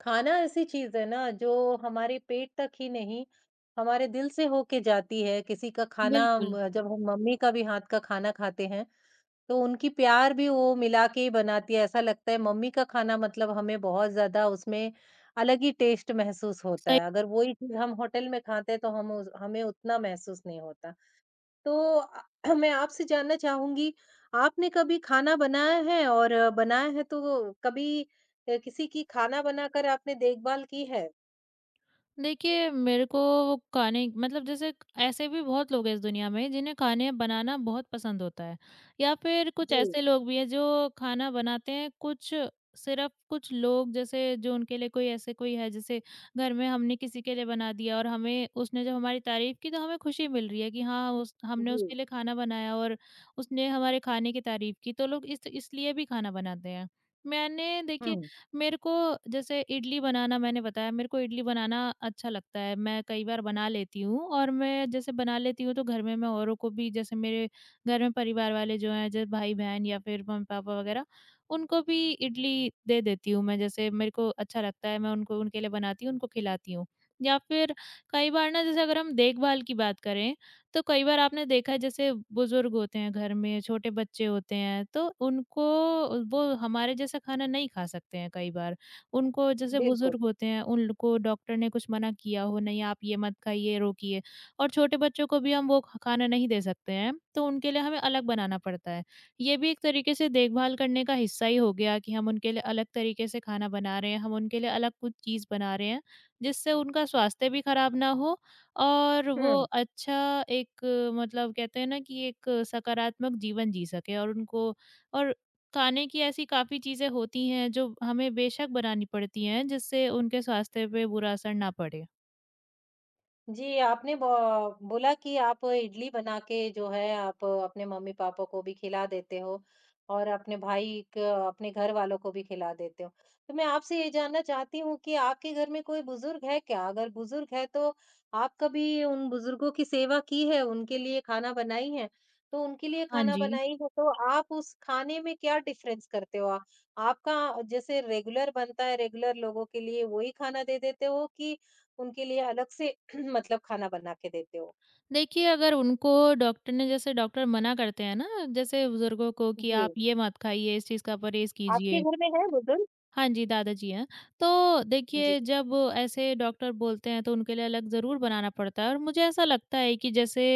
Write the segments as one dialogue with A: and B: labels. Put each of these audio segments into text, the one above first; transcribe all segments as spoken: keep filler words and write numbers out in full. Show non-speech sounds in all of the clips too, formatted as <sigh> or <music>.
A: खाना ऐसी चीज है ना जो हमारे पेट तक ही नहीं हमारे दिल से होके जाती है। किसी का खाना
B: बिल्कुल,
A: म, जब हम मम्मी का भी हाथ का खाना खाते हैं, तो उनकी प्यार भी वो मिला के ही बनाती है, ऐसा लगता है। मम्मी का खाना मतलब हमें बहुत ज्यादा उसमें अलग ही टेस्ट महसूस होता
B: सही।
A: है। अगर वही चीज हम होटल में खाते हैं तो हम उस- हमें उतना महसूस नहीं होता। तो अ, मैं आपसे जानना चाहूँगी, आपने कभी खाना बनाया है? और अ, बनाया है तो कभी अ, किसी की खाना बनाकर आपने देखभाल की है?
B: देखिए मेरे को वो खाने मतलब जैसे क- ऐसे भी बहुत लोग हैं इस दुनिया में जिन्हें खाने बनाना बहुत पसंद होता है। या फिर कुछ
A: जी,
B: ऐसे लोग भी हैं जो खाना बनाते हैं कुछ सिर्फ़ कुछ लोग जैसे जो उनके लिए कोई ऐसे कोई है जैसे घर में हमने किसी के लिए बना दिया और हमें उसने जब हमारी तारीफ़ की तो हमें खुशी मिल रही है कि हाँ, उस हमने उसके
A: जी।
B: लिए खाना बनाया और उसने हमारे खाने की तारीफ़ की तो लोग इस इसलिए भी खाना बनाते हैं। मैंने देखिए
A: हुँ।
B: मेरे को जैसे इडली बनाना मैंने बताया मेरे को इडली बनाना अच्छा लगता है। मैं कई बार बना लेती हूँ और मैं जैसे बना लेती हूँ तो घर में मैं औरों को भी जैसे मेरे घर में परिवार वाले जो हैं जैसे भाई-बहन या फिर मम्मी-पापा वग़ैरह उनको भी इडली दे देती हूँ। मैं जैसे मेरे को अच्छा लगता है मैं उनको उनके लिए बनाती हूँ, उनको खिलाती हूँ। या फिर कई बार ना जैसे अगर हम देखभाल की बात करें तो कई बार आपने देखा है जैसे बुजुर्ग होते हैं घर में, छोटे बच्चे होते हैं, तो उनको वो हमारे जैसा खाना नहीं खा सकते हैं कई बार। उनको जैसे
A: बिल्कुल।
B: बुजुर्ग होते हैं, उनको डॉक्टर ने कुछ मना किया हो, नहीं आप ये मत खाइए, रोकिए, और छोटे बच्चों को भी हम वो ख खाना नहीं दे सकते हैं, तो उनके लिए हमें अलग बनाना पड़ता है। ये भी एक तरीके से देखभाल करने का हिस्सा ही हो गया कि हम उनके लिए अलग तरीके से खाना बना रहे हैं, हम उनके लिए अलग कुछ चीज़ बना रहे हैं, जिससे उनका स्वास्थ्य भी खराब ना हो और वो
A: हुँ।
B: अच्छा एक मतलब कहते हैं ना कि एक सकारात्मक जीवन जी सके। और उनको, और खाने की ऐसी काफ़ी चीज़ें होती हैं जो हमें बेशक बनानी पड़ती हैं जिससे उनके स्वास्थ्य पे बुरा असर ना पड़े।
A: जी, आपने ब बोला कि आप इडली बना के जो है आप अपने मम्मी-पापा को भी खिला देते हो और अपने भाई क अपने घर वालों को भी खिला देते हो। तो मैं आपसे ये जानना चाहती हूँ कि आपके घर में कोई बुज़ुर्ग है क्या? अगर बुज़ुर्ग है तो आप कभी उन बुज़ुर्गों की सेवा की है, उनके लिए खाना बनाई है? तो उनके लिए
B: हाँ
A: खाना
B: जी।
A: बनाई हो तो आप उस खाने में क्या डिफ़रेंस करते हो? आ- आपका जैसे रेगुलर बनता है, रेगुलर लोगों के लिए वही खाना दे देते हो कि उनके लिए अलग से मतलब खाना बना के देते हो।
B: देखिए अगर उनको डॉक्टर ने, जैसे डॉक्टर मना करते हैं ना जैसे बुज़ुर्गों को कि आप
A: जी,
B: ये मत खाइए, इस चीज़ का परहेज़
A: आपके
B: कीजिए।
A: घर में है बुजुर्ग?
B: हाँ जी, दादाजी हैं। तो
A: जी।
B: देखिए जब ऐसे डॉक्टर बोलते हैं तो उनके लिए अलग ज़रूर बनाना पड़ता है, और मुझे ऐसा लगता है कि जैसे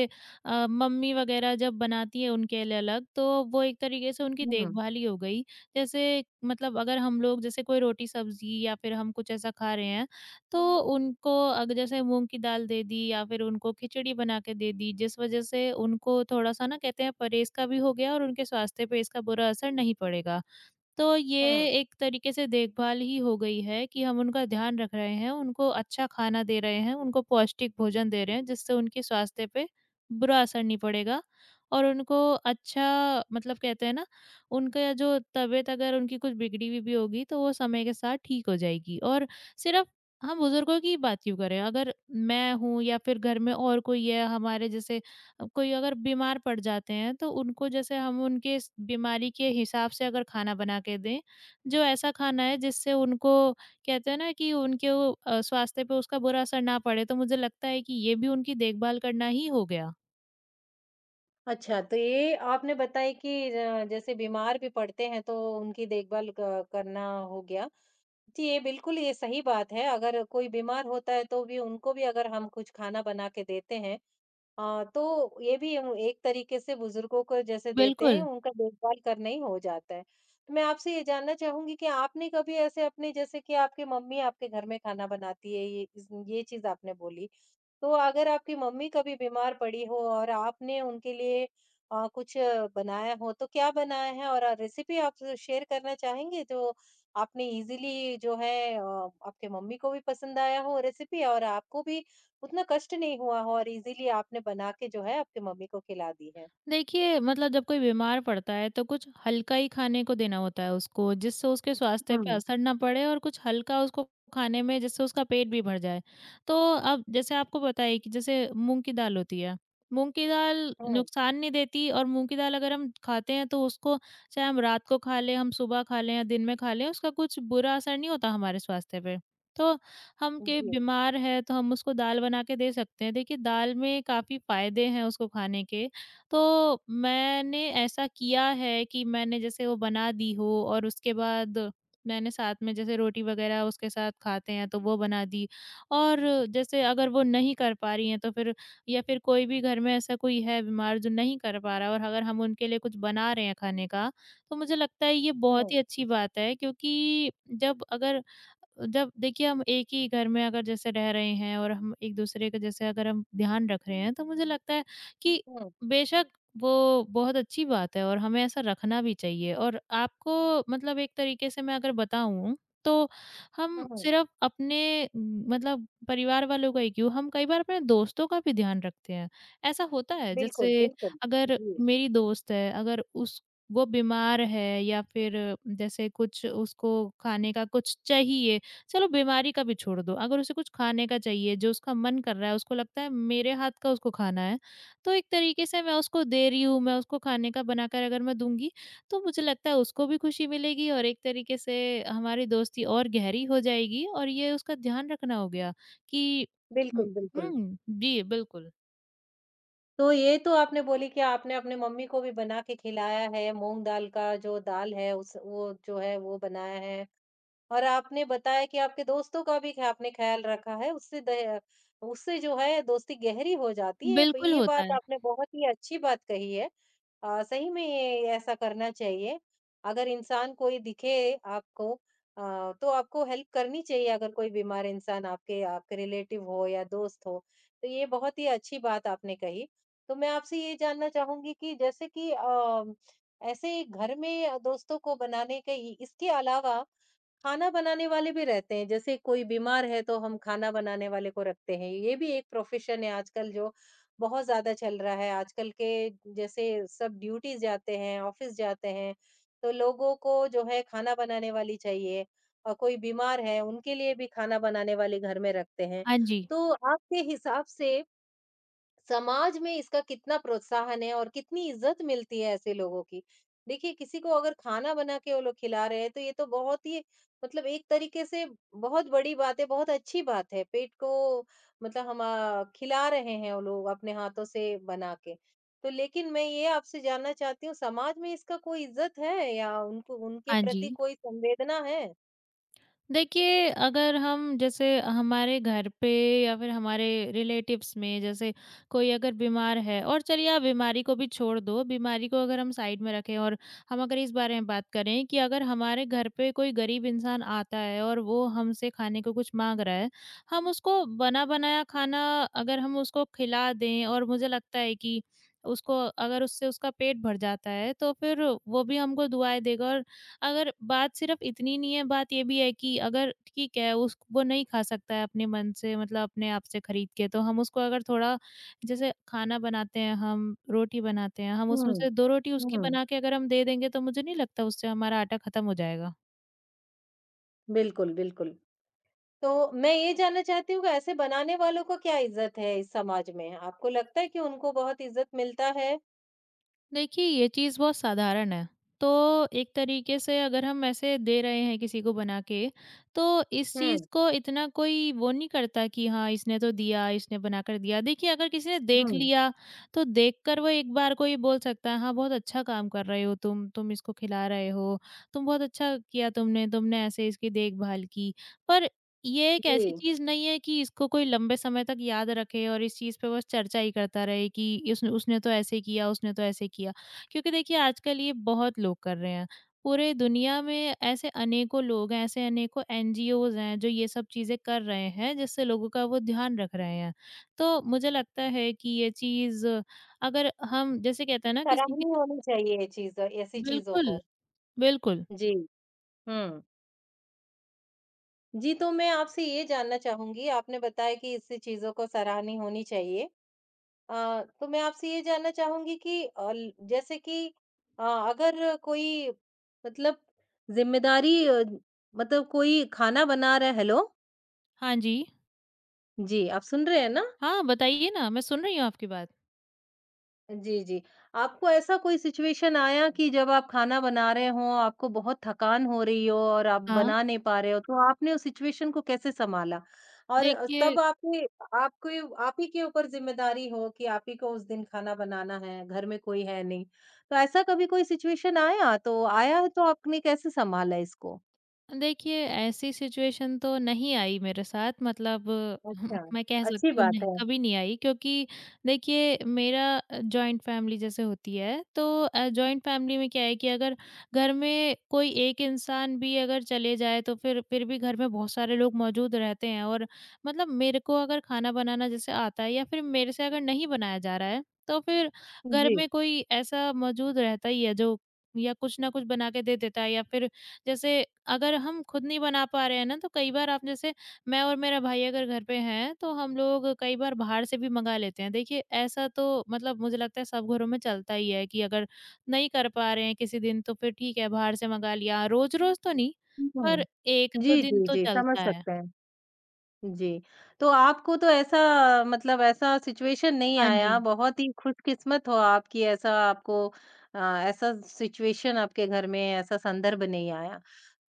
B: अ, मम्मी वग़ैरह जब बनाती हैं उनके लिए अलग, तो वो एक तरीके से उनकी
A: हुँ।
B: देखभाल ही हो गई। जैसे मतलब अगर हम लोग जैसे कोई रोटी-सब्ज़ी या फिर हम कुछ ऐसा खा रहे हैं तो उनको अग जैसे मूँग की दाल दे दी या फिर उनको खिचड़ी बना के दे दी, जिस वज़ह से उनको थोड़ा-सा ना कहते हैं परहेज़ का भी हो गया और उनके स्वास्थ्य पे इसका बुरा असर नहीं पड़ेगा। तो ये
A: हुँ।
B: एक तरीके से देखभाल ही हो गई है कि हम उनका ध्यान रख रहे हैं, उनको अच्छा खाना दे रहे हैं, उनको पौष्टिक भोजन दे रहे हैं, जिससे उनके स्वास्थ्य पे बुरा असर नहीं पड़ेगा और उनको अच्छा, मतलब कहते हैं ना, उनका जो तबीयत अगर उनकी कुछ बिगड़ी हुई भी होगी, तो वो समय के साथ ठीक हो जाएगी। और सिर्फ़ हम बुज़ुर्गों की बात क्यों करें, अगर मैं हूँ या फिर घर में और कोई है हमारे जैसे, अब कोई अगर बीमार पड़ जाते हैं तो उनको, जैसे हम उनके इस बीमारी के हिसाब से अगर खाना बना के दें, जो ऐसा खाना है जिससे उनको कहते हैं ना कि उनके वो अ, स्वास्थ्य पे उसका बुरा असर ना पड़े, तो मुझे लगता है कि ये भी उनकी देखभाल करना ही हो गया।
A: अच्छा, तो ये आपने बताया कि अ, जैसे बीमार भी पड़ते हैं तो उनकी देखभाल क करना हो गया। जी, ये बिल्कुल ये सही बात है, अगर कोई बीमार होता है तो भी उनको भी अगर हम कुछ खाना बना के देते हैं, अ, तो ये भी हम एक तरीके से बुजुर्गों को जैसे देते हैं,
B: बिल्कुल।
A: उनका देखभाल करना ही हो जाता है। तो मैं आपसे ये जानना चाहूँगी कि आपने कभी ऐसे अपने जैसे कि आपकी मम्मी आपके घर में खाना बनाती है, ये इस ये चीज़ आपने बोली। तो अगर आपकी मम्मी कभी बीमार पड़ी हो और आपने उनके लिए अ, कुछ बनाया हो, तो क्या बनाया है? और अ, रेसिपी आप शेयर करना चाहेंगे जो आपने इज़ीली जो है अ, आपके मम्मी को भी पसंद आया हो, रेसिपी और आपको भी उतना कष्ट नहीं हुआ हो और इज़ीली आपने बना के जो है आपकी मम्मी को खिला दी है?
B: देखिए, मतलब जब कोई बीमार पड़ता है, तो कुछ हल्का ही खाने को देना होता है उसको, जिससे उसके स्वास्थ्य पे
A: हुँ।
B: असर ना पड़े, और कुछ हल्का उसको खाने में जिससे उसका पेट भी भर जाए। तो अब जैसे आपको पता है कि जैसे मूँग की दाल होती है, मूँग की दाल
A: हुँ,
B: नुकसान नहीं देती, और मूँग की दाल अगर हम खाते हैं, तो उसको चाहे हम रात को खा लें, हम सुबह खा लें या दिन में खा लें, उसका कुछ बुरा असर नहीं होता हमारे स्वास्थ्य पे। तो हम के
A: जी।
B: बीमार हैं, तो हम उसको दाल बना के दे सकते हैं। देखिए, दाल में काफ़ी फ़ायदे हैं उसको खाने के। तो मैंने ऐसा किया है कि मैंने जैसे वो बना दी हो, और उसके बाद मैंने साथ में जैसे रोटी वगैरह उसके साथ खाते हैं तो वो बना दी। और जैसे अगर वो नहीं कर पा रही हैं तो फिर, या फिर कोई भी घर में ऐसा कोई है बीमार जो नहीं कर पा रहा, और अगर हम उनके लिए कुछ बना रहे हैं खाने का तो मुझे लगता है ये बहुत
A: हुँ,
B: ही अच्छी बात है क्योंकि जब अगर, जब देखिए हम एक ही घर में अगर जैसे रह रहे हैं और हम एक दूसरे का जैसे अगर हम ध्यान रख रहे हैं तो मुझे लगता है कि
A: हुँ,
B: बेशक, वो बहुत अच्छी बात है और हमें ऐसा रखना भी चाहिए। और आपको, मतलब एक तरीके से मैं अगर बताऊँ, तो हम
A: हुँ।
B: सिर्फ़ अपने म, मतलब परिवार वालों का ही क्यों, हम कई बार अपने दोस्तों का भी ध्यान रखते हैं। ऐसा होता है,
A: बिल्कुल,
B: जैसे
A: बिल्कुल।
B: अगर
A: जी,
B: मेरी दोस्त है, अगर उस वो बीमार है या फिर जैसे कुछ उसको खाने का कुछ चाहिए, चलो बीमारी का भी छोड़ दो, अगर उसे कुछ खाने का चाहिए, जो उसका मन कर रहा है, उसको लगता है मेरे हाथ का उसको खाना है, तो एक तरीके से मैं उसको दे रही हूँ, मैं उसको खाने का बनाकर अगर मैं दूँगी, तो मुझे लगता है उसको भी खुशी मिलेगी और एक तरीके से हमारी दोस्ती और गहरी हो जाएगी और ये उसका ध्यान रखना हो गया कि हुँ,
A: बिल्कुल, बिल्कुल।
B: हुँ, जी, बिल्कुल।
A: तो ये तो आपने बोली कि आपने अपने मम्मी को भी बना के खिलाया है, मूँग दाल का जो दाल है उस वो जो है वो बनाया है। और आपने बताया कि आपके दोस्तों का भी ख आपने ख़्याल रखा है, उससे दह उससे जो है दोस्ती गहरी हो जाती है।
B: बिल्कुल
A: ये
B: होता
A: बात
B: है।
A: आपने बहुत ही अच्छी बात कही है। अ, सही में ये ऐसा करना चाहिए। अगर इंसान कोई दिखे आपको, अ, तो आपको हेल्प करनी चाहिए अगर कोई बीमार इंसान आपके आपके रिलेटिव हो या दोस्त हो। तो ये बहुत ही अच्छी बात आपने कही। तो मैं आपसे ये जानना चाहूँगी कि जैसे कि अ, ऐसे घर में दोस्तों को बनाने के इ इसके अलावा खाना बनाने वाले भी रहते हैं, जैसे कोई बीमार है तो हम खाना बनाने वाले को रखते हैं, ये भी एक प्रोफ़ेशन है आजकल जो बहुत ज़्यादा चल रहा है। आजकल के जैसे सब ड्यूटीज़ जाते हैं, ऑफ़िस जाते हैं, तो लोगों को जो है खाना बनाने वाली चाहिए और कोई बीमार है, उनके लिए भी खाना बनाने वाले घर में रखते हैं।
B: हाँ जी,
A: तो आपके हिसाब से समाज में इसका कितना प्रोत्साहन है और कितनी इज्जत मिलती है ऐसे लोगों की? देखिए, किसी को अगर खाना बना के वो लोग खिला रहे हैं, तो ये तो बहुत ही मतलब एक तरीके से बहुत बड़ी बात है, बहुत अच्छी बात है। पेट को मतलब हम अ, खिला रहे हैं, वो लोग अपने हाथों से बना के। तो लेकिन मैं ये आपसे जानना चाहती हूँ, समाज में इसका कोई इज्जत है या उनको उनके
B: हाँ जी।
A: प्रति कोई संवेदना है?
B: देखिए, अगर हम जैसे हमारे घर पे या फिर हमारे रिलेटिव्स में जैसे कोई अगर बीमार है, और चलिए आप बीमारी को भी छोड़ दो, बीमारी को अगर हम साइड में रखें और हम अगर इस बारे में बात करें कि अगर हमारे घर पे कोई गरीब इंसान आता है और वो हमसे खाने को कुछ माँग रहा है, हम उसको बना-बनाया खाना अगर हम उसको खिला दें और मुझे लगता है कि उसको अगर उससे उसका पेट भर जाता है, तो फिर वो भी हमको दुआएँ देगा। और अगर बात सिर्फ इतनी नहीं है, बात ये भी है कि अगर ठीक है उस वो नहीं खा सकता है अपने मन से, मतलब अपने आप से खरीद के, तो हम उसको अगर थोड़ा जैसे खाना बनाते हैं हम, रोटी बनाते हैं, हम उसमें
A: हुँ,
B: से दो रोटी उसकी
A: हुँ।
B: बना के अगर हम दे देंगे तो मुझे नहीं लगता उससे हमारा आटा खत्म हो जाएगा।
A: बिल्कुल, बिल्कुल। तो मैं ये जानना चाहती हूँ कि ऐसे बनाने वालों को क्या इज़्ज़त है इस समाज में? आपको लगता है कि उनको बहुत इज़्ज़त मिलता है?
B: देखिए, ये चीज़ बहुत साधारण है। तो एक तरीके से अगर हम ऐसे दे रहे हैं किसी को बना के, तो इस चीज़
A: हुँ,
B: को इतना कोई वो नहीं करता कि हाँ, इसने तो दिया, इसने बनाकर दिया। देखिए, अगर किसी ने देख
A: हुँ,
B: लिया, तो देखकर वो एक बार को ये बोल सकता है, "हाँ, बहुत अच्छा काम कर रहे हो तुम, तुम इसको खिला रहे हो, तुम बहुत अच्छा किया तुमने, तुमने ऐसे इसकी देखभाल की।" पर ये एक
A: जी।
B: ऐसी चीज़ नहीं है कि इसको कोई लंबे समय तक याद रखे और इस चीज़ पे बस चर्चा ही करता रहे कि उसने उसने तो ऐसे किया, उसने तो ऐसे किया। क्योंकि देखिए आजकल ये बहुत लोग कर रहे हैं। पूरे दुनिया में ऐसे अनेकों लोग हैं, ऐसे अनेकों एनजीओज़ हैं जो ये सब चीज़ें कर रहे हैं जिससे लोगों का वो ध्यान रख रहे हैं। तो मुझे लगता है कि ये चीज़ अगर हम जैसे कहते हैं ना किसी के,
A: सराहनीय होनी चाहिए ये चीज़, ऐसी चीज़ों
B: बिल्कुल,
A: को।
B: बिल्कुल।
A: जी, हुँ। जी, तो मैं आपसे ये जानना चाहूँगी, आपने बताया कि इससे चीज़ों को सराहनीय होनी चाहिए। अ, तो मैं आपसे ये जानना चाहूँगी कि अल जैसे कि अ, अगर कोई मतलब ज़िम्मेदारी, अ, मतलब कोई खाना बना रहा है, हेलो!
B: हाँ जी।
A: जी, आप सुन रहे हैं ना?
B: हाँ, बताइए ना, मैं सुन रही हूँ आपकी बात।
A: जी, जी। आपको ऐसा कोई सिचुएशन आया कि जब आप खाना बना रहे हों, आपको बहुत थकान हो रही हो और आप
B: हाँ,
A: बना नहीं पा रहे हो, तो आपने उस सिचुएशन को कैसे सँभाला? और
B: देखिए।
A: तब आपने आपके आप ही के ऊपर ज़िम्मेदारी हो कि आप ही को उस दिन खाना बनाना है, घर में कोई है नहीं। तो ऐसा कभी कोई सिचुएशन आया? तो आया है तो आपने कैसे सँभाला इसको?
B: देखिए, ऐसी सिचुएशन तो नहीं आई मेरे साथ मतलब <laughs> हम-
A: अच्छा,
B: मैं कह
A: अच्छी
B: सकती हूँ
A: बात
B: नहीं
A: है।
B: कभी नहीं आई क्योंकि देखिए मेरा अ, जॉइंट फैमिली जैसे होती है तो अ, जॉइंट फैमिली में क्या है कि अगर घर में कोई एक इंसान भी अगर चले जाए तो फिर फिर भी घर में बहुत सारे लोग मौजूद रहते हैं, और मतलब मेरे को अगर खाना बनाना जैसे आता है या फिर मेरे से अगर नहीं बनाया जा रहा है, तो फिर घर
A: जी।
B: में कोई ऐसा मौजूद रहता ही है जो, या कुछ ना कुछ बना के दे देता है या फिर जैसे अगर हम खुद नहीं बना पा रहे हैं ना, तो कई बार आप जैसे, मैं और मेरा भाई अगर घर पे हैं, तो हम लोग कई बार बाहर से भी मँगा लेते हैं। देखिए, ऐसा तो मतलब मुझे लगता है सब घरों में चलता ही है कि अगर नहीं कर पा रहे हैं किसी दिन, तो फिर ठीक है, बाहर से मँगा लिया। रोज़-रोज़ तो नहीं,
A: हुँ,
B: पर
A: हुँ।
B: एक दो
A: जी,
B: दिन
A: जी,
B: तो
A: जी, समझ
B: चलता है।
A: सकते हैं। जी। तो आपको तो ऐसा मतलब ऐसा सिचुएशन नहीं
B: हाँ जी।
A: आया, बहुत ही खुशकिस्मत हो आप कि ऐसा आपको, अ, ऐसा सिचुएशन आपके घर में, ऐसा संदर्भ नहीं आया।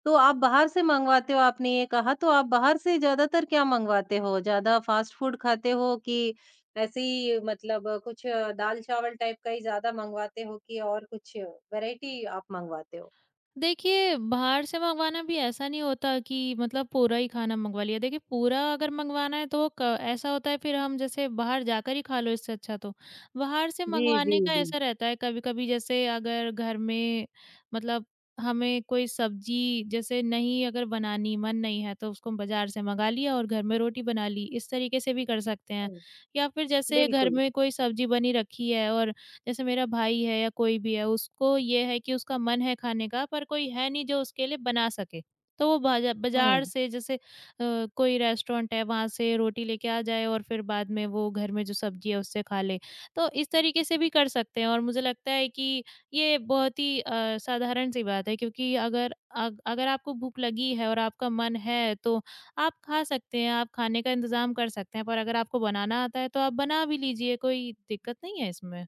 A: तो आप बाहर से मँगवाते हो आपने ये कहा, तो आप बाहर से ज़्यादातर क्या मँगवाते हो? ज़्यादा फ़ास्ट फ़ूड खाते हो कि ऐसे ही मतलब कुछ दाल-चावल टाइप का ही ज़्यादा मँगवाते हो कि और कुछ वैराइटी आप मँगवाते हो?
B: देखिए, बाहर से मँगवाना भी ऐसा नहीं होता कि मतलब पूरा ही खाना मँगवा लिया। देखिए, पूरा अगर मँगवाना है तो क ऐसा होता है फिर हम जैसे बाहर जाकर ही खा लो इससे अच्छा तो। बाहर से
A: जी, जी,
B: मँगवाने का
A: जी।
B: ऐसा रहता है कभी-कभी जैसे अगर घर में मतलब हमें कोई सब्ज़ी जैसे नहीं अगर बनानी, मन नहीं है तो उसको बाज़ार से मँगा लिया और घर में रोटी बना ली, इस तरीके से भी कर सकते हैं।
A: हुँ।
B: या फिर जैसे घर
A: बिल्कुल।
B: में कोई सब्ज़ी बनी रखी है और जैसे मेरा भाई है या कोई भी है, उसको ये है कि उसका मन है खाने का पर कोई है नहीं जो उसके लिए बना सके। तो वो बाज़ा बाज़ार
A: हुँ।
B: से जैसे अ, कोई रेस्टोरेंट है वहाँ से रोटी लेके आ जाए और फिर बाद में वो घर में जो सब्ज़ी है उससे खा ले। तो इस तरीके से भी कर सकते हैं और मुझे लगता है कि ये बहुत ही अ, साधारण-सी बात है क्योंकि अगर अग अगर आपको भूख लगी है और आपका मन है तो आप खा सकते हैं, आप खाने का इंतज़ाम कर सकते हैं। पर अगर आपको बनाना आता है तो आप बना भी लीजिए, कोई दिक्कत नहीं है इसमें।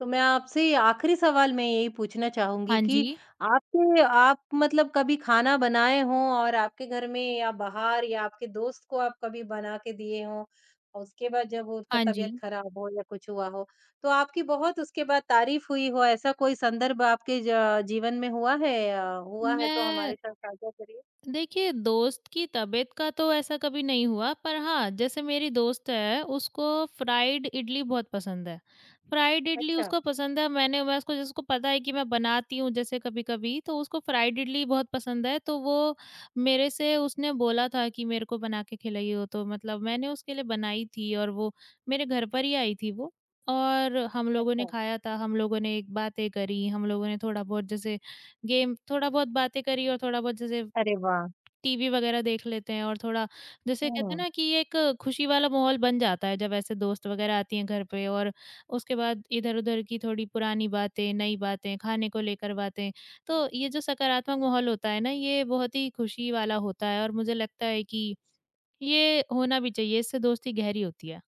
A: तो मैं आपसे आखिरी सवाल मैं यही पूछना चाहूँगी
B: हाँ
A: कि
B: जी,
A: आपके आप मतलब कभी खाना बनाए हों और आपके घर में या बाहर या आपके दोस्त को आप कभी बना के दिए हों और उसके बाद जब वो उसका
B: हाँ जी।
A: तबीयत खराब हो या कुछ हुआ हो, तो आपकी बहुत उसके बाद तारीफ हुई हो, ऐसा कोई संदर्भ आपके ज जीवन में हुआ है? अ, हुआ है तो
B: मैं
A: हमारे साथ साझा करिए।
B: देखिए, दोस्त की तबीयत का तो ऐसा कभी नहीं हुआ, पर हाँ, जैसे मेरी दोस्त है, उसको फ्राइड इडली बहुत पसंद है। फ्राइड इडली
A: अच्छा,
B: उसको पसंद है, मैंने मैं उसको, जिसको पता है कि मैं बनाती हूँ जैसे कभी-कभी, तो उसको फ्राइड इडली बहुत पसंद है, तो वो मेरे से उसने बोला था कि मेरे को बना के खिलाइयो, तो मतलब मैंने उसके लिए बनाई थी और वो मेरे घर पर ही आई थी वो, और हम लोगों ने
A: अच्छा।
B: खाया था, हम लोगों ने एक बातें करी, हम लोगों ने थोड़ा-बहुत जैसे गेम, थोड़ा-बहुत बातें करी और थोड़ा-बहुत जैसे
A: अरे वाह!
B: टीवी वगैरह देख लेते हैं और थोड़ा जैसे कहते हैं
A: हुँ।
B: ना कि एक खुशी वाला माहौल बन जाता है जब ऐसे दोस्त वगैरह आती हैं घर पे, और उसके बाद इधर-उधर की थोड़ी पुरानी बातें, नई बातें, खाने को लेकर बातें। तो ये जो सकारात्मक माहौल होता है ना, ये बहुत ही खुशी वाला होता है और मुझे लगता है कि ये होना भी चाहिए, इससे दोस्ती गहरी होती है।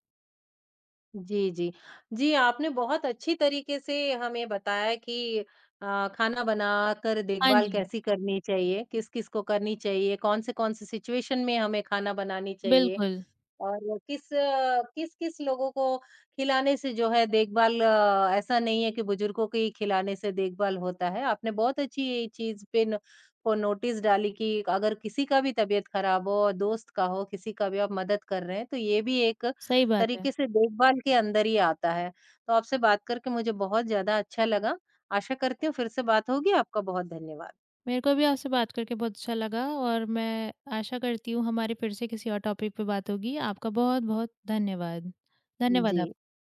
A: जी, जी। जी, आपने बहुत अच्छी तरीके से हमें बताया कि अ, खाना बनाकर
B: हाँ
A: देखभाल
B: जी,
A: कैसी करनी चाहिए, किस-किस को करनी चाहिए, कौन से-कौन से सिचुएशन में हमें खाना बनानी चाहिए
B: बिल्कुल,
A: और किस अ, किस-किस लोगों को खिलाने से जो है देखभाल, अ, ऐसा नहीं है कि बुजुर्गों के ही खिलाने से देखभाल होता है। आपने बहुत अच्छी चीज़ पे न को नोटिस डाली कि अगर किसी का भी तबीयत खराब हो और दोस्त का हो, किसी का भी आप मदद कर रहे हैं, तो ये भी एक
B: सही बात है।
A: तरीके से देखभाल के अंदर ही आता है। तो आपसे बात करके मुझे बहुत ज़्यादा अच्छा लगा। आशा करती हूँ फिर से बात होगी। आपका बहुत धन्यवाद।
B: मेरे को भी आपसे बात करके बहुत अच्छा लगा और मैं आशा करती हूँ हमारी फिर से किसी और टॉपिक पे बात होगी। आपका बहुत-बहुत धन्यवाद। धन्यवाद
A: जी।
B: आप